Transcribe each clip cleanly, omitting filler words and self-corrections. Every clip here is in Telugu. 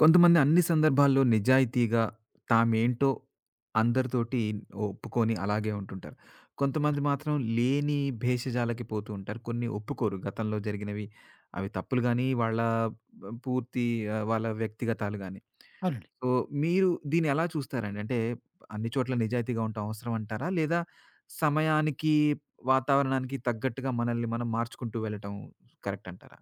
కొంతమంది అన్ని సందర్భాల్లో నిజాయితీగా తామేంటో అందరితోటి ఒప్పుకొని అలాగే ఉంటుంటారు. కొంతమంది మాత్రం లేని భేషజాలకి పోతూ ఉంటారు. కొన్ని ఒప్పుకోరు గతంలో జరిగినవి. అవి తప్పులు గాని, వాళ్ళ పూర్తి వాళ్ళ వ్యక్తిగతాలు గాని. అవునండి. సో, మీరు దీన్ని ఎలా చూస్తారండి? అంటే అన్ని చోట్ల నిజాయితీగా ఉండటం అవసరం అంటారా? లేదా సమయానికి, వాతావరణానికి తగ్గట్టుగా మనల్ని మనం మార్చుకుంటూ వెళ్ళటం కరెక్ట్ అంటారా?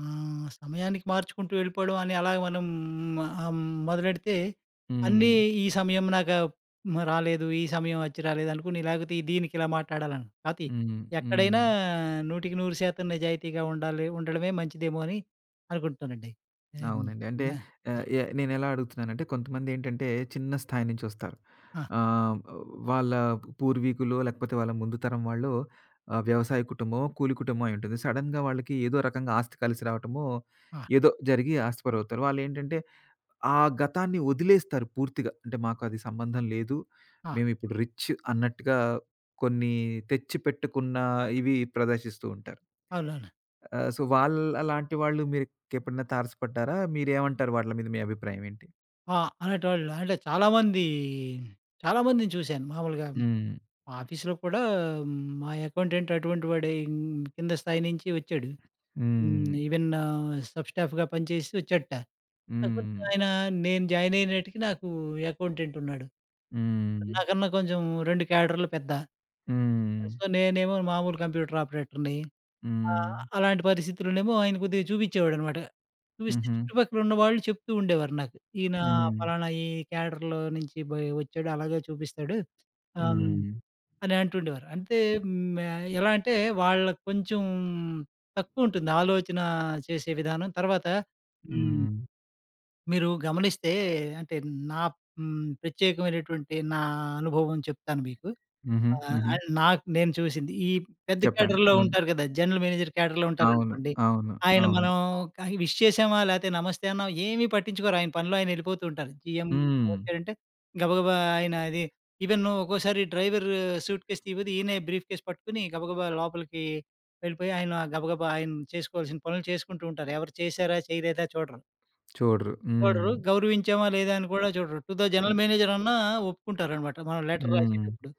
సమయానికి మార్చుకుంటూ వెళ్ళిపోవడం అని అలాగ మనం ఆహ్, మొదలెడితే అన్నీ హ్మ్. ఈ సమయం నాకు రాలేదు, ఈ సమయం అచ్చి రాలేదు అనుకుని లేకపోతే ఈ దీనికి ఇలా మాట్లాడాలను. కాపోతే హ్మ్. ఎక్కడైనా హ్మ్. 100% నిజాయితీగా ఉండాలి ఉండడమే మంచిదేమో అని అనుకుంటానండి. హ్మ్. అవునండి. అంటే నా ఆహ్, ఎ నేనెలా అడుగుతున్నానంటే కొంతమందేంటంటే చిన్న స్థాయి నుంచి వస్తారు. ఆ! ఆహ్, వాళ్ళ పూర్వీకులో లేకపోతే వాళ్ళ ముందు తరం వాళ్ళు వ్యవసాయ కుటుంబమో, కూలి కుటుంబమో అయుంటుంది. సడెన్‌గా వాళ్ళకి ఏదో రకంగా ఆస్తి కలిసి రావటమో, ఆ! ఏదో జరిగి ఆస్తిపరులవుతారు. వాళ్ళేంటంటే ఆ గతాన్ని వదిలేస్తారు పూర్తిగా. అంటే మాకది సంబంధం లేదు. ఆ! మేమిప్పుడు రిచ్ అన్నట్టుగా కొన్ని తెచ్చిపెట్టుకున్న ఇవి ప్రదర్శిస్తూ ఉంటారు. అవునవును. సో, వాళ్ళలాంటి వాళ్ళు మీరెప్పుడన్నా తారసపడ్డారా? మీరేమంటారు వాళ్ళ మీద మీ అభిప్రాయం ఏంటి? ఆ! అలాంటోళ్ళు అంటే చాలామంది, చాలామందిని చూశాను. మామూలుగా హ్మ్. ఆఫీస్‌లో కూడా మ్, మా అకౌంటెంట్ అటువంటి వాడే కింద స్థాయి నుంచి వచ్చాడు. హ్మ్. హ్మ్. ఈవెన్ సబ్ స్టాఫ్‌గా పనిచేసి వచ్చాడట. కాకపోతే హ్మ్. ఆయన నేను జాయిన్ అయినేటికి నాకు అకౌంటెంట్ ఉన్నాడు. హ్మ్. నాకన్నా కొంచెం 2 క్యాడర్‌లు పెద్ద. హ్మ్. సో, నేనేమో మామూలు కంప్యూటర్ ఆపరేటర్‌ని. హ్మ్. అలాంటి పరిస్థితుల్లోనేమో ఆయన కొద్దిగా చూపించేవాడనమాట. చూపిస్తే హుహు. చుట్టుపక్కల ఉన్నవాళ్ళు చెప్తూ ఉండేవారు నాకు. ఈయన హ్మ్. ఫలానా ఈ క్యాడర్‌లో నుంచి బయ్ వచ్చాడు అలాగే చూపిస్తాడు. ఆహ్ హ్మ్. అని అంటుండేవారు. అంటే హ్మ్, ఎలా అంటే వాళ్ళకి కొంచెం తక్కువుంటుంది ఆలోచన చేసే విధానం. తర్వాత హ్మ్, హ్మ్. మీరు గమనిస్తే అంటే నా హ్మ్, ప్రత్యేకమైనటువంటి నా అనుభవం చెప్తాను మీకు. హుహు. ఆ! హుహు. నాకు నేను చూసింది. ఈ పెద్ద చెప్పండి. క్యాడర్‌లో హ్మ్. ఉంటారు కదా! జనరల్ మేనేజర్ క్యాడర్‌లో అవును. ఉంటారనుకోండి. అవును. ఆయన అవును. మనం క విష్ చేసామా లేతే నమస్తే అన్నామా ఏమి పట్టించుకోరు. ఆయన పనిలో ఆయన ఎళ్ళిపోతూ ఉంటారు. జీఎం హ్మ్. వచ్చారంటే గబగబా ఆయన అది ఈవెన్ ఒక్కోసారి డ్రైవర్ సూట్‌కేస్ తీయపోతే ఈయనే బ్రీఫ్‌కేస్ పట్టుకొని గబగబా లోపలికి వెళ్ళిపోయి ఆయన గబగబా ఆయన చేసుకోవాల్సిన పనులు చేసుకుంటూ ఉంటారు. ఎవరు చేశారా చేయలేదా చూడరు. చూడరు. హ్మ్. చూడరు. గౌరవించామా లేదా అని కూడా చూడరు. To the hmm. General manager అన్నా ఒప్పుకుంటారనమాట. మనం లెటర్ హ్మ్. రాసేటప్పుడు.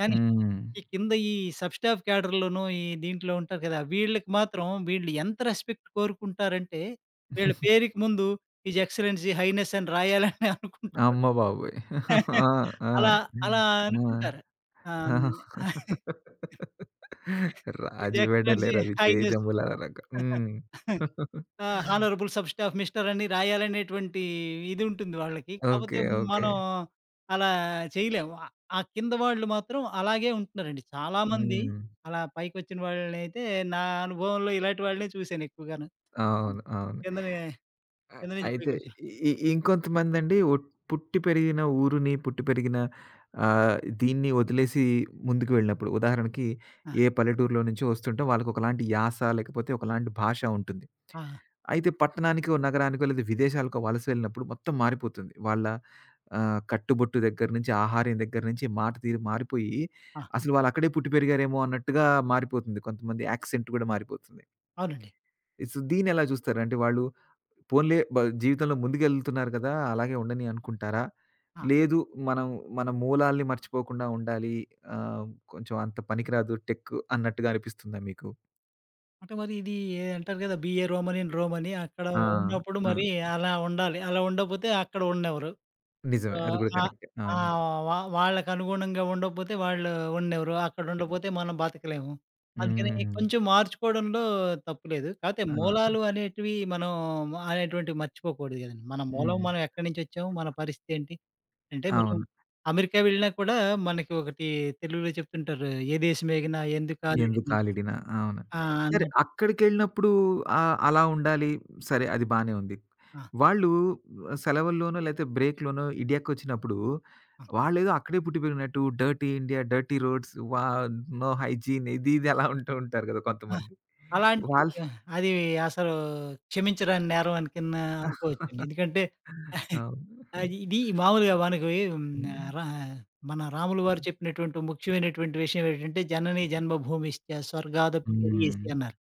కానీ హ్మ్. ఈ కింద ఈ సబ్ స్టాఫ్ క్యాడర్‌లోనూ, ఈ దీంట్లో ఉంటారు కదా! వీళ్ళకి మాత్రం వీళ్ళు ఎంత రెస్పెక్ట్ కోరుకుంటారంటే, వీళ్ళ పేరుకి ముందు హిజ్ ఎక్సలెన్సీ, హైనెస్ అని రాయాలని అనుకుంటారు. అమ్మ బాబోయ్! ఆ! ఆ! అలా అలా ఆ! అనుకుంటారు. ఆహ్, ఆ! హ్మ్. హిజ్ రాజు వెడలే ఎక్సలెన్సీ, హైనెస్ రవితేజములనక. హ్మ్. ఆ! హానరబుల్ సబ్ స్టాఫ్ మిస్టర్ అని రాయాలనేటువంటి ఇది ఉంటుంది వాళ్ళకి. ఓకే. కాపోతే ఓకే. మనం అలా చేయలేము. ఆ కింద వాళ్ళు మాత్రం అలాగే ఉంటున్నారండి. చాలామంది హ్మ్. అలా పైకొచ్చిన వాళ్ళనైతే నా అనుభవంలో ఇలాంటి వాళ్ళనే చూసాను ఎక్కువగాను. అవును. అవును. అవును. కిందనే అ కింద నుంచి అయితే పైకొచ్చిన ఇంకొంతమందండి పుట్టి పెరిగిన ఊరుని, పుట్టి పెరిగిన దీన్ని వదిలేసి ముందుకు వెళ్ళినప్పుడు ఉదాహరణకి ఆ! ఏ పల్లెటూరులో నుంచో వస్తుంటే వాళ్ళకొకలాంటి యాస, లేకపోతే ఒకలాంటి భాష ఉంటుంది. ఆ! అయితే పట్టణానికో, నగరానికో లేదా విదేశాలకో వలస వెళ్ళినప్పుడు మొత్తం మారిపోతుంది. వాళ్ళ కట్టుబొట్టు దగ్గర నుంచి, ఆహార్యం దగ్గర నుంచి, మాట తీరు మారిపోయి, ఆ! అసలు వాళ్ళక్కడే పుట్టి పెరిగారేమో అన్నట్టుగా మారిపోతుంది. కొంతమంది యాక్సెంట్ కూడా మారిపోతుంది. అవునండి. సో, దీన్నెలా చూస్తారు? అంటే వాళ్ళు పోన్లే జీవితంలో ముందుకెళ్తున్నారు కదా! అలాగే ఉండని అనుకుంటారా? ఆ! లేదు మనం మన మూలాల్ని మర్చిపోకుండా ఉండాలి. ఆహ్, కొంచెం అంత పనికిరాదు టెక్ అన్నట్టుగా అనిపిస్తుందా మీకు? అంటే మరి ఇది అంటారు కదా! బీఏ రోమన్ ఇన్ రోమ్ అని అక్కడ ఆ! ఉన్నప్పుడు ఆ! మరి అలా ఉండాలి. అలా ఉండకపోతే అక్కడ ఉండనివ్వరు. సో, నిజమే. అది కూడా ఆహ్, కరెక్టే. ఆ! అవును. వాళ్ళకనుగుణంగా ఉండకపోతే వాళ్ళు ఉండెవరు. అక్కడ ఉండకపోతే మనం బతకలేము. అందుకని హ్మ్. కొంచెం మార్చుకోవడంలో తప్పు లేదు. కాపోతే ఆ! మూలాలు అనేటివి మనం అనేటువంటివి మర్చిపోకూడదు కదండీ. మన మూలం మనం హ్మ్. ఎక్కడి నుంచొచ్చాము, మన పరిస్థితి ఏంటి. అంటే మనం అవును. అమెరికా వెళ్ళినా కూడా మనకి ఒకటి తెలుగులో చెప్తుంటారు. "ఏ దేశమేగినా ఎందుకు ఎందుకాలేని" కాలిడినా? అవును. ఆ! సరే అన్నట్టు. అక్కడికెళ్ళినప్పుడు అలా ఉండాలి. సరే అది బానే ఉంది. ఆ! వాళ్ళు సెలవుల్లోనో లేతే బ్రేక్‌లోనో ఇండియాకొచ్చినప్పుడు ఆ! వాళ్ళేదో అక్కడే పుట్టి పెరిగినట్టు dirty India, dirty roads, wow! No hygiene ఇది ఇది అలా ఉంటూ ఉంటారు కదా ఆ! కొంతమంది. అలాంటివి వాళ్ళు అది అసలు క్షమించరాని నేరం అని కింద అనుకోవచ్చండి. ఎందుకంటే అవును. అది ఇది మామూలుగా మనకు హ్మ్. హ్మ్. రా మన రాములు వారు చెప్పినటువంటి ముఖ్యమైనటువంటి విషయం ఏంటంటే, జనని జన్మభూమిశ్చ స్వర్గాదపి హ్మ్. గరీయసి అన్నారు.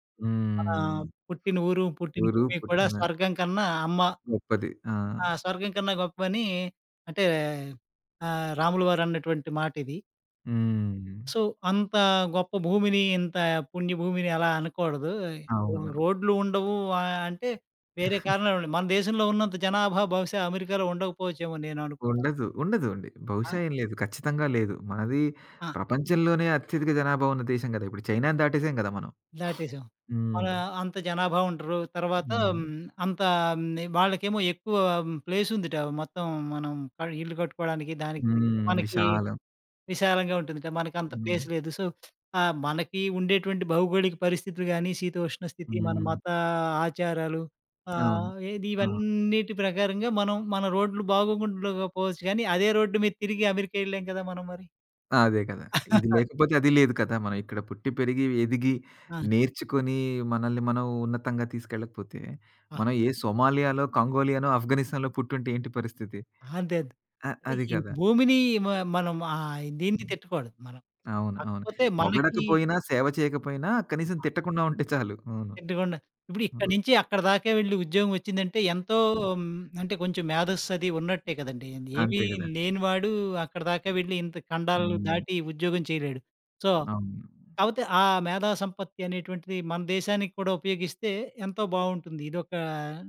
మన హ్మ్. పుట్టిన ఊరు, పుట్టిన ఊరు భూమి కూడా పుట్టిన స్వర్గం కన్నా అమ్మ గొప్పది. ఆ! ఆ! స్వర్గం కన్నా గొప్పని అంటే రాములు వారు అన్నటువంటి మాటిది. హ్మ్. సో, అంత గొప్ప భూమిని, ఇంత పుణ్యభూమిని అలా అనకూడదు. అవును. రోడ్లు ఉండవు అంటే వేరే కారణాలుండి. మన దేశంలో ఉన్నంత జనాభా బహుశా అమెరికాలో ఉండకపోవచ్చేమో నేను అనుకోవడం. ఉండదు. ఉండదు అండి. ఆ! బహుశా ఏం లేదు. ఖచ్చితంగా లేదు. మనది ఆ! ప్రపంచంలోనే అత్యధిక జనాభా ఉన్న దేశం గదా! ఇప్పుడు చైనాని దాటేసాం గదా మనం. దాటేసాం. హ్మ్. మన అంత జనాభా ఉండరు. తర్వాత హ్మ్. హ్మ్, అంత హ్మ్, వాళ్ళకేమో ఎక్కువ ప్లేస్ ఉందిట. మొత్తం మనం క ఇల్లు కట్టుకోవడానికి దానికి, దీనికి. హ్మ్. మనకి విశాలం. విశాలంగా ఉంటుందిట. మనకంత హ్మ్. ప్లేస్ లేదు. సో, మనకి ఉండేటువంటి భౌగోళిక పరిస్థితులు గాని, శీతోష్ణ స్థితి, మన హ్మ్. మత ఆచారాలు అవును. ఏది ఆ! ఇవన్నిటి ప్రకారంగా మనం మన రోడ్లు బాగోగుండకపోవచ్చు గానీ, అదే రోడ్డు మీద తిరిగి అమెరికా ఎళ్ళాం కదా! మనం మరి. అదే కదా! ఇది లేకపోతే అది లేదు కదా! మనం ఇక్కడ పుట్టి, పెరిగి, ఎదిగి, నేర్చుకొని, మనల్ని మనం ఉన్నతంగా తీసుకెళ్ళకపోతే, ఆ! మనం ఏ సోమాలియాలో, కంగోలియానో, ఆఫ్ఘనిస్తాన్‌లో పుట్టుంటే ఏంటి పరిస్థితి? అంతే అంతే. అంటే అది ఈ కదా! భూమిని మ మనం దీన్ని తిట్టకూడదు మనం. అవును. అవును. కాకపోతే మనకి పొగడకపోయినా, సేవ చేయకపోయినా కనీసం తిట్టకుండా ఉంటే చాలు. అవును. తిట్టకుండా ఇప్పుడు ఇక్కడి అవును. నుంచి అక్కడ దాకా వెళ్లి ఉద్యోగం వచ్చిందంటే ఎంతో హ్మ్, అంటే కొంచెం మేధస్సు అది ఉన్నట్టే కదండీ! ఏమీ అంతే గదండీ. లేనివాడు అక్కడ దాకా వెళ్లి ఇంత ఖండాలు హ్మ్. దాటి ఉద్యోగం చేయలేడు. సో, అవును. కాపోతే ఆ మేధా సంపత్తి అనేటువంటిది మన దేశానికి కూడా ఉపయోగిస్తే ఎంతో బావుంటుంది. ఇదొక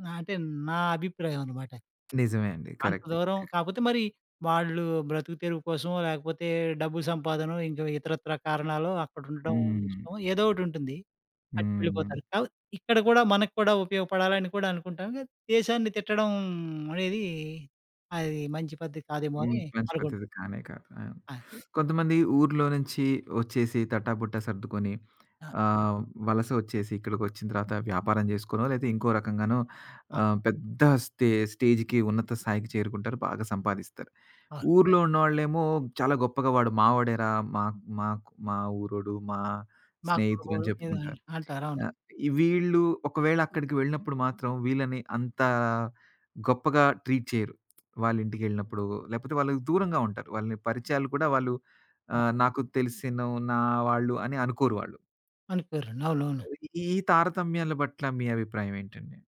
నా అంటే నా అభిప్రాయం అనమాట. నిజమే అండి. అంత కరెక్టే. దూరం కాకపోతే మరి వాళ్ళు బ్రతుకు తెరువు కోసమో, లేకపోతే డబ్బు సంపాదనో, ఇంకా ఇతరత్రా కారణాలో అక్కడ ఉండడం హ్మ్. ఇష్టమో ఏదో ఒకటి ఉంటుంది. అటు హ్మ్. వెళ్ళిపోతారు. కాపోతే ఇక్కడ కూడా మనకు కూడా ఉపయోగపడాలని కూడా అనుకుంటాం. కానీ దేశాన్ని తిట్టడం అనేది అది మంచి పద్ధతి కాదేమో హ్మ్. అని మంచి అనుకుంటాం. పద్ధతి కానే కాదు. అవును. ఆ! కొంతమంది ఊర్లో నుంచి ఒచ్చేసి తట్టాబుట్టా సర్దుకొని ఆ! ఆహ్, వలస ఒచ్చేసి ఇక్కడికొచ్చిన తర్వాత వ్యాపారం జేసుకోనో, లేతే ఇంకో రకంగానో ఆ! పెద్ద స్టేజ్‌కి ఉన్నత స్థాయికి చేరుకుంటారు. బాగా సంపాదిస్తారు. అవును. ఊర్లో ఉన్నవాళ్ళేమో చాలా గొప్పగా వాడు మావోడేరా! మా మాకు మా ఊరోడు, మా మా స్నేహితుడని కులగోడు ఏదో అని చెప్పుకుంటారు. అంటారు. అవును. ఆహ్, ఈ వీళ్ళు ఒకవేళ అక్కడికి వెళ్ళినప్పుడు మాత్రం వీళ్ళని అంత గొప్పగా ట్రీట్ చేయరు. వాళ్ళింటికెళ్ళినప్పుడు లేపోతే వాళ్ళు దూరంగా ఉంటారు. వాళ్ళని పరిచయాలు కూడా వాళ్ళు ఆ! నాకు తెలిసిన నా వాళ్ళు అని అనుకోరు వాళ్ళు. అనుకోరండి. అవునవును. ఈ ఈ తారతమ్యాల పట్ల మీ అభిప్రాయం ఏంటండి?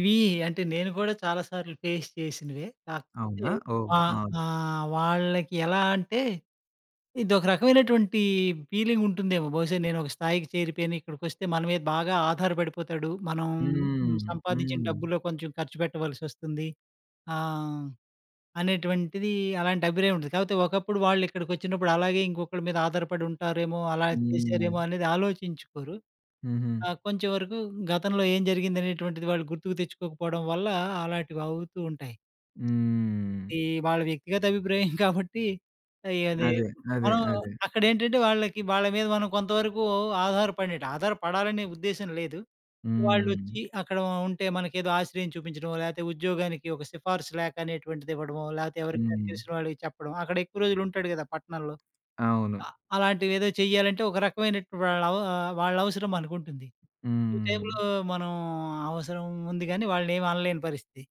ఇవి అంటే నేను కూడా చాలా సార్లు ఫేస్ చేసినవే. కాకపోతే అవునా? ఓహ్! వా ఆ! వాళ్ళకి ఎలా అంటే ఇదొక రకమైనటువంటి ఫీలింగ్ ఉంటుందేమో. బహుశా నేను ఒక స్థాయికి చేరిపోయాను. ఇక్కడికొస్తే మన మీద బాగా ఆధారపడిపోతాడు. మనం హ్మ్, హ్మ్. సంపాదించిన హ్మ్. డబ్బులో కొంచెం ఖర్చు పెట్టవలసొస్తుంది. ఆహ్, అనేటువంటిది అలాంటి అభిప్రాయం ఉంటుంది. కాకపోతే ఒకప్పుడు వాళ్ళు ఇక్కడికొచ్చినప్పుడు అలాగే ఇంకొకళ్ళ మీద ఆధారపడి ఉంటారేమో, అలా హ్మ్. చేశారేమో అనేది ఆలోచించుకోరు. హుహు. కొంచెం వరకు గతంలో ఏం జరిగిందనేటువంటిది వాళ్ళు గుర్తుకు తెచ్చుకోకపోవడం వల్ల అలాంటివి అవుతూ ఉంటాయి. హ్మ్. అది వాళ్ళ వ్యక్తిగత అభిప్రాయం కాబట్టి అది అదే. అదే. మనం అదే. అక్కడేంటంటే వాళ్ళకి వాళ్ళ మీద మనం కొంతవరకు ఆధారపడినట్టు. ఆధారపడాలనే ఉద్దేశ్యం లేదు. హ్మ్. వాళ్ళొచ్చి అక్కడ ఉంటే మనకేదో ఆశ్రయం చూపించడమో, లేతే ఉద్యోగానికి ఒక సిఫార్సు లేఖ అనేటువంటిది ఇవ్వడమో, లేతే ఎవరికైనా హ్మ్. తెలిసిన వాళ్ళకి చెప్పడం. అక్కడ ఎక్కువ రోజులుంటాడు కదా! పట్టణంలో. అవును. అ అలాంటివేదో చెయ్యాలంటే ఒక రకమైనటు వాళ్ళ అవసరం మనకుంటుంది. ఈ హ్మ్. టైంలో మనం అవసరం ఉంది గానీ వాళ్ళనేమి అనలేని పరిస్థితి.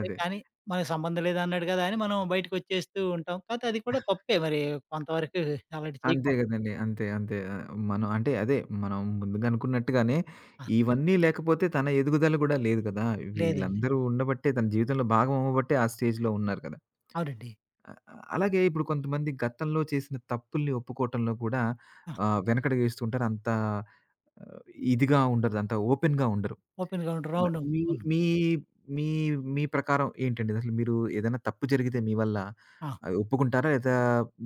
అదే కానీ, మనకు సంబంధం లేదన్నాడు కదా! అని మనం బయటికొచ్చేస్తూ ఉంటాం. కాపోతే అది కూడా తప్పే మరి కొంతవరకు అలాంటివి అంతే చేయకూడదు. గదండీ. అంతే. అంతే. మనం అంటే అదే మనం ముందుగా అనుకున్నట్టుగానే ఆ! ఇవన్నీ లేకపోతే తన ఎదుగుదల గూడా లేదు గదా! లేదండి. వీళ్ళందరూ ఉండబట్టే తన జీవితంలో భాగం అవ్వబట్టే ఆ స్టేజ్‌లో ఉన్నారు కదా! అవునండి. ఆహ్, అలాగే ఇప్పుడు కొంతమంది గతంలో చేసిన తప్పుల్ని ఒప్పుకోవటంలో కూడా ఆ! వెనకడుగేస్తూ ఉంటారు. అంత ఆహ్, ఇదిగా ఉండరు. అంత ఓపెన్‌గా ఉండరు. ఓపెన్‌గా ఉంటారు. మ అవును. మీ అవును. మీ మీ మీ ప్రకారం ఏంటండి? అసలు మీరు ఏదైనా తప్పు జరిగితే మీ వల్ల ఆ! ఒప్పుకుంటారా? లేదా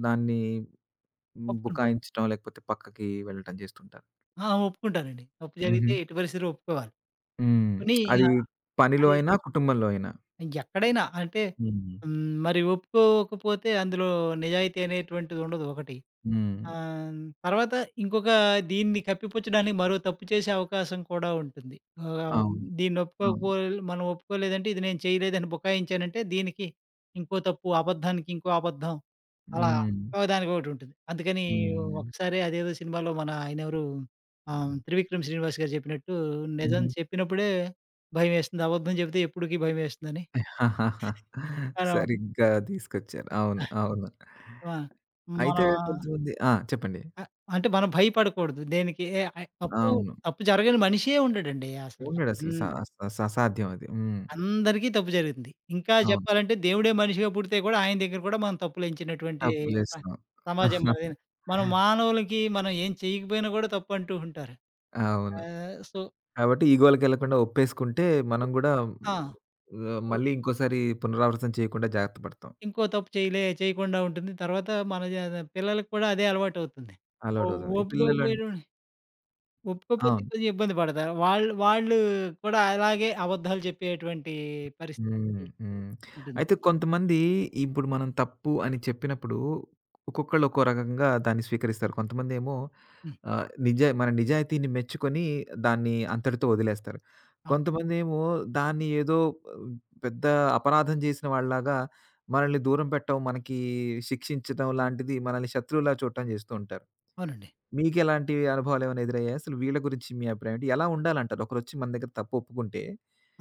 దాన్ని ఒప్పుకుం బుకాయించటం లేకపోతే పక్కకి వెళ్ళటం చేస్తుంటారా? ఆ! ఒప్పుకుంటానండి. తప్పు హుహు. జరిగితే ఎట్టి పరిస్థితిలో ఒప్పుకోవాలి. హ్మ్. పోనీ అది ఆహ్, పనిలో అది అయినా, కుటుంబంలో అయినా. ఎక్కడైనా అంటే హ్మ్. హ్మ్, మరి ఒప్పుకోకపోతే అందులో నిజాయితీ అనేటువంటిది ఉండదు ఒకటి. హ్మ్. ఆహ్, తర్వాత ఇంకొక దీన్ని కప్పిపుచ్చడానికి మరో తప్పు చేసే అవకాశం కూడా ఉంటుంది. ఆహ్, అవును. దీన్ని అవును. ఒప్పుకోకపో మనం ఒప్పుకోలేదంటే ఇది నేను చేయలేదని బుకాయించానంటే దీనికి ఇంకో తప్పు, అబద్ధానికి ఇంకో అబద్ధం అలా హ్మ్. ఒకదానికొకటుంటుంది. అందుకని హ్మ్. ఒకసారి అదేదో సినిమాలో మన ఆయనెవరు 'త్రివిక్రమ్ శ్రీనివాస్' గారు చెప్పినట్టు నిజం హుహు. చెప్పినప్పుడే భయమేస్తుంది. అబద్ధం చెబితే ఎప్పటికి భయమేస్తుందని. మనం సరిగ్గా తీసుకొచ్చారు. అవును. అవును. ఆ! అయితే మనం కొంతమంది ఆ! చెప్పండి. అ అంటే మనం భయపడకూడదు దేనికి. ఏ తప్పు అవును. తప్పు జరగని మనిషే ఉండడండి అసల. ఉండడసలు స హ్మ్. స స అసాధ్యం అది. హ్మ్. అందరికీ తప్పు జరుగుతుంది. ఇంకా అవును. చెప్పాలంటే దేవుడే మనిషిగా పుడితే కూడా ఆయన దగ్గర కూడా మనం తప్పులెంచినటువంటి స తప్పులేస్తాం. సమాజం మనది. మనం మానవులకి మనం ఏం చేయకపోయినా కూడా తప్పు అంటూ ఉంటారు. అవును. సో కాబట్టి ఈగోలకెళ్ళకుండా ఒప్పేసుకుంటే మనం ఓకే. గూడా ఆ! మళ్ళీ ఇంకోసారి పునరావృతం చేయకుండా జాగ్రత్త పడతాం. ఇంకో తప్పు చేయలే చేయకుండా ఉంటుంది. తర్వాత మన జ పిల్లలకి కూడా అదే అలవాటవుతుంది. ఓ అలవాటవుతుంది. ఓపిక పిల్లలం పోయినోడు ఒప్పుకోకపోతే అవును. కొంచెం ఇబ్బంది పడతారు. వాళ్ళు వాళ్ళు కూడా అలాగే అబద్ధాలు చెప్పేటువంటి హ్మ్. పరిస్థితి హ్మ్. ఉంటుంది. అయితే కొంతమంది ఇప్పుడు మనం తప్పు అని చెప్పినప్పుడు ఒక్కొక్కళ్ళు ఒక్కో రకంగా దాన్ని స్వీకరిస్తారు. కొంతమందేమో హ్మ్. ఆహ్, నిజా మన నిజాయితీని మెచ్చుకొని దాన్ని అంతటితో వదిలేస్తారు. అవును. కొంతమందేమో దాన్ని ఏదో ఆహ్, పెద్ద అపరాధం చేసిన వాళ్ళలాగా మనల్ని దూరం పెట్టడం, మనకి శిక్షించడం లాంటిది మనల్ని శత్రువులా చూడటం చేస్తూ ఉంటారు. అవునండి. మీకెలాంటి అనుభవాలేమైనా ఎదురయ్యాయా? అసలు వీళ్ళ గురించి మీ అభిప్రాయం ఏంటి? ఎలా ఉండాలంటారు? ఒకరొచ్చి మన దగ్గర తప్పు ఒప్పుకుంటే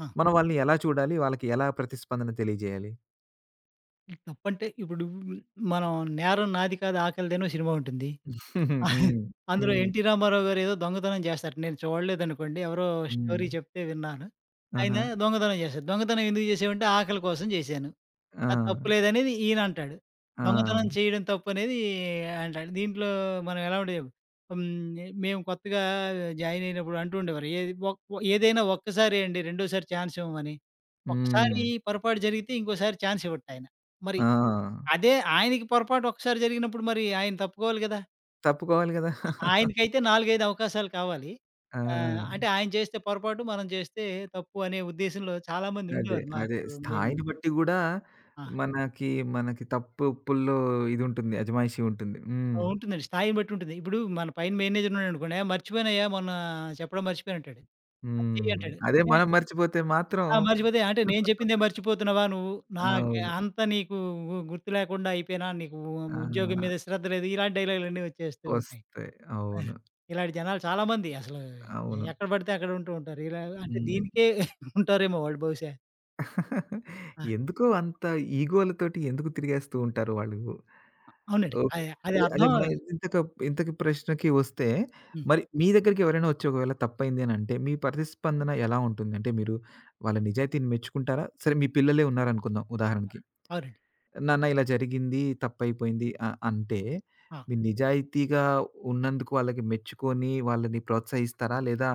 ఆ! మనం వాళ్ళని ఎలా చూడాలి? వాళ్ళకి ఎలా ప్రతిస్పందన తెలియజేయాలి? ఇది తప్పంటే ఇప్పుడు మనం 'నేరం నాది కాదు ఆకలిదేనో' సినిమా ఉంటుంది. హ్మ్. ఆ, హ్మ్. అందులో హ్మ్. 'ఎన్టీ రామారావు' గారు ఏదో దొంగతనం చేస్తారు. నేను చూడలేదనుకోండి. ఎవరో హ్మ్. స్టోరీ చెప్తే విన్నాను. ఆయన ఆహా! దొంగతనం చేశారు. దొంగతనం ఎందుకు చేసావంటే ఆకలి కోసం చేశాను. ఆ! ఆ! తప్పు లేదనేది ఈయనంటాడు. ఆ! దొంగతనం చేయడం తప్పనేది అంటాడు. దీంట్లో మనం ఎలా ఉండేది హ్మ్. మేము కొత్తగా జాయిన్ అయినప్పుడు అంటూ ఉండేవారు. ఏది ఏదైనా ఒక్కసారే అండి. రెండోసారి ఛాన్స్ ఇవ్వమని. హ్మ్. ఒక్కసారి పొరపాటు జరిగితే ఇంకోసారి ఛాన్స్ ఇవ్వడటాయన. మరి ఆ! అదే ఆయనకి పొరపాటు ఒక్కసారి జరిగినప్పుడు మరి ఆయన తప్పుకోవాలి కదా! తప్పుకోవాలి గదా! ఆ ఆయనకైతే 4, 5 అవకాశాలు కావాలి. ఆ! అంటే ఆయన చేస్తే పొరపాటు, మనం చేస్తే తప్పు అనే ఉద్దేశంలో చాలామంది అదే. ఉండేవారు. అదే. మాకు మేము స్థాయిని బట్టి గూడా ఆ! మనకి, మనకి తప్పు ఒప్పుల్లో ఇదుంటుంది. అజమాయిషీ ఉంటుంది. హ్మ్. ఆ! ఉంటుందండి. స్థాయిని బట్టి ఉంటుంది. ఇప్పుడు మన పైన మేనేజర్ ఉన్నాడనుకోండి, "ఏహ్! మర్చిపోయానయ్యా మొన్న చెప్పడం మర్చిపోయాను" అంటాడు. "అది హ్మ్. చెయ్యి" అంటాడు. అదే నే మనం మర్చిపోతే మాత్రం ఆ! మర్చిపోతే అంటే నేను చెప్పిందే మర్చిపోతున్నావా నువ్వు? నాకు అవును. అంత నీకు గుర్తు లేకుండా అయిపోయినా, నీకు ఆ! ఉద్యోగం మీద శ్రద్ధ లేదు. ఇలాంటి డైలాగులన్నీ వచ్చేస్తూ ఉంటాయి. వస్తాయి. ఆ! అవును. ఇలాంటి జనాలు చాలామంది అసలు అవును. ఎక్కడ పడితే అక్కడ ఉంటూ ఉంటారు. ఇలా అంటే హ్మ్. దీనికే ఉంటారేమో వాళ్ళు బహుశా. ఆ! ఎందుకో అంత ఈగోలతోటి ఎందుకు తిరిగేస్తూ ఉంటారు వాళ్ళు. అవునండి. ఓకే. అది అది అదే అదే అర్థం మన ఇంతక ఇంతకి ప్రశ్నకి వస్తే, హ్మ్. మరి మీ దగ్గరికి ఎవరైనా వచ్చి ఒకవేళ తప్పయింది అని అంటే, మీ ప్రతిస్పందన ఎలా ఉంటుంది? అంటే మీరు వాళ్ళ నిజాయితీని మెచ్చుకుంటారా? సరే మీ పిల్లలే ఉన్నారనుకుందాం ఉదాహరణకి. అవునండి. నాన్న ఇలా జరిగింది, తప్పయిపోయింది అంటే, ఆ! మీరు నిజాయితీగా ఉన్నందుకు వాళ్ళకి మెచ్చుకొని వాళ్ళని ప్రోత్సహిస్తారా? లేదా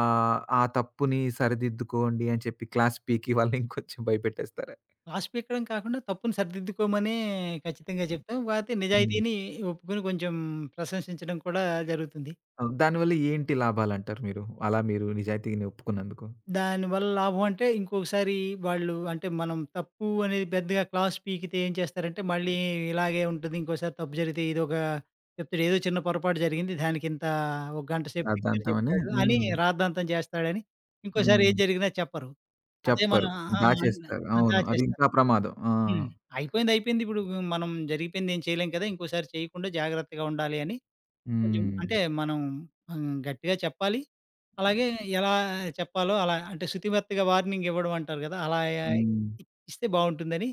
ఆ తప్పుని సరిదిద్దుకోండి అని చెప్పి క్లాస్ పీకి వాళ్ళని ఇంకొంచెం భయపెట్టేస్తారా? రాసిపెట్టడం కాకుండా తప్పుని సరిదిద్దుకోమనే ఖచ్చితంగా చెప్తాం. కాపోతే హ్మ్. నిజాయితీని ఒప్పుకొని కొంచెం ప్రశంసించడం కూడా జరుగుతుంది. దానివల్ల ఏంటి లాభాలంటారు మీరు? అలా మీరు నిజాయితీని ఒప్పుకున్నందుకు? దానివల్ల లాభం అంటే ఇంకొకసారి వాళ్ళు అంటే మనం తప్పు అనేది పెద్దగా క్లాస్ పీకితే ఏం చేస్తారంటే మళ్ళీ ఇలాగే ఉంటుంది. ఇంకోసారి తప్పు జరిగితే ఇదొక చెప్తాడు. ఏదో చిన్న పొరపాటు జరిగింది. దానికింత ఒక గంట సేపు లెక్చర్ రాద్ధాంతం అని చెప్పాడు అని హ్మ్. రాద్ధాంతం చేస్తాడని ఇంకోసారి హ్మ్. ఏం జరిగినా చెప్పరు. అదే చెప్పరు. మనం ఆ! దాచేస్తారు. అవును. అది దాచేస్తారు. ఇంకా ప్రమాదం. ఆ! హ్మ్. అయిపోయింది అయిపోయింది. ఇప్పుడు మనం జరిగిపోయింది ఏం చేయలేం కదా! ఇంకోసారి చేయకుండా జాగ్రత్తగా ఉండాలి అని కొంచెం హ్మ్. అంటే మనం హ్మ్. గట్టిగా చెప్పాలి. అలాగే ఎలా చెప్పాలో అలా అంటే శుతిమెత్తగా వార్నింగ్ ఇవ్వడం అంటారు కదా! అలా హ్మ్. ఇ ఇస్తే బావుంటుందని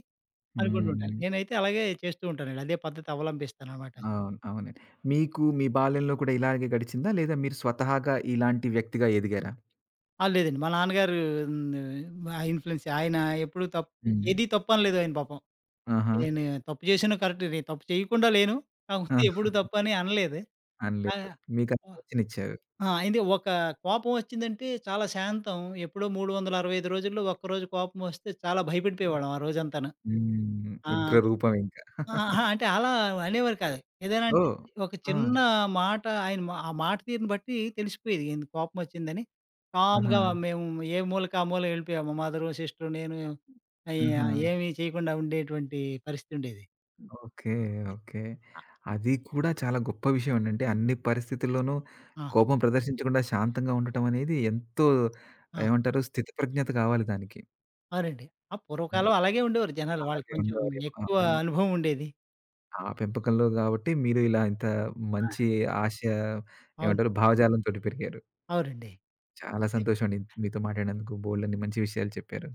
అనుకుంటూ ఉంటాను. హ్మ్. నేనైతే అలాగే చేస్తూ ఉంటానండి. అదే పద్ధతి అవలంబిస్తాననమాట. అవును. అవునండి. మీకు మీ బాల్యంలో కూడా ఇలాగే గడిచిందా? లేదా మీరు స్వతహాగా ఇలాంటి వ్యక్తిగా ఎదిగారా? ఆ! లేదండి మా నాన్నగారు హ్మ్. ఆ ఇన్‌ఫ్లుయెన్స్ ఆయన ఎప్పుడు తప్పు హ్మ్. ఏది తప్పనలేదు ఆయన పాపం. ఆహా! నేను తప్పు చేసినా కరెక్టే. నేను తప్పు చేయకుండా లేను. ఆ! కాకపోతే ఎప్పుడు తప్పు అని అనలేదు. అనలేదు. మీకు ఆ ఆ! స్వేచ్ఛనిచ్చారు. ఆ! అయితే ఒక కోపం వచ్చిందంటే చాలా శాంతం. ఎప్పుడో 365 రోజుల్లో ఒక్కరోజు కోపం వస్తే చాలా భయపడిపోయేవాళ్ళం ఆ రోజంతాను. హ్మ్. ఆ! ఉగ్ర రూపం ఇంకా. ఆ! అహా! అంటే అలా అనేవారు కాదు. ఏదైనా అంటే ఓహ్! ఒక ఆ! చిన్న మాట ఆయన మా ఆ మాట తీరుని బట్టి తెలిసిపోయేది. ఈయన కోపం వచ్చిందని. ఆహా! కామ్‌గా మేము ఏ మూలకు ఆ మూలకి వెళ్ళిపోయాము. మదరు, సిస్టరు, నేను ఆహా! ఏమి చేయకుండా ఉండేటువంటి పరిస్థితి ఉండేది. ఓకే. ఓకే. అ అది కూడా చాలా గొప్ప విషయం అండి. అంటే అన్ని పరిస్థితుల్లోనూ ఆ! కోపం ప్రదర్శించకుండా శాంతంగా ఉండటం అనేది ఎంతో ఆ! ఏమంటారు స్థితి ప్రజ్ఞత కావాలి దానికి. అవునండి. ఆ హ్మ్. పూర్వకాలం అలాగే ఉండేవారు జనాలు. వాళ్ళకి అలాగే కొంచెం ఉండేవారేమో. ఎక్కువ అవును. అనుభవం ఉండేది. ఆ పెంపకంలో కాబట్టి మీరు ఇలా ఇంత ఆ! మంచి ఆశ అవును. ఏమంటారు భావజాలంతోటి పెరిగారు. అవునండి. చాలా సంతోషం అండి మీతో మాట్లాడినందుకు బోలెడన్ని మంచి విషయాలు చెప్పారు.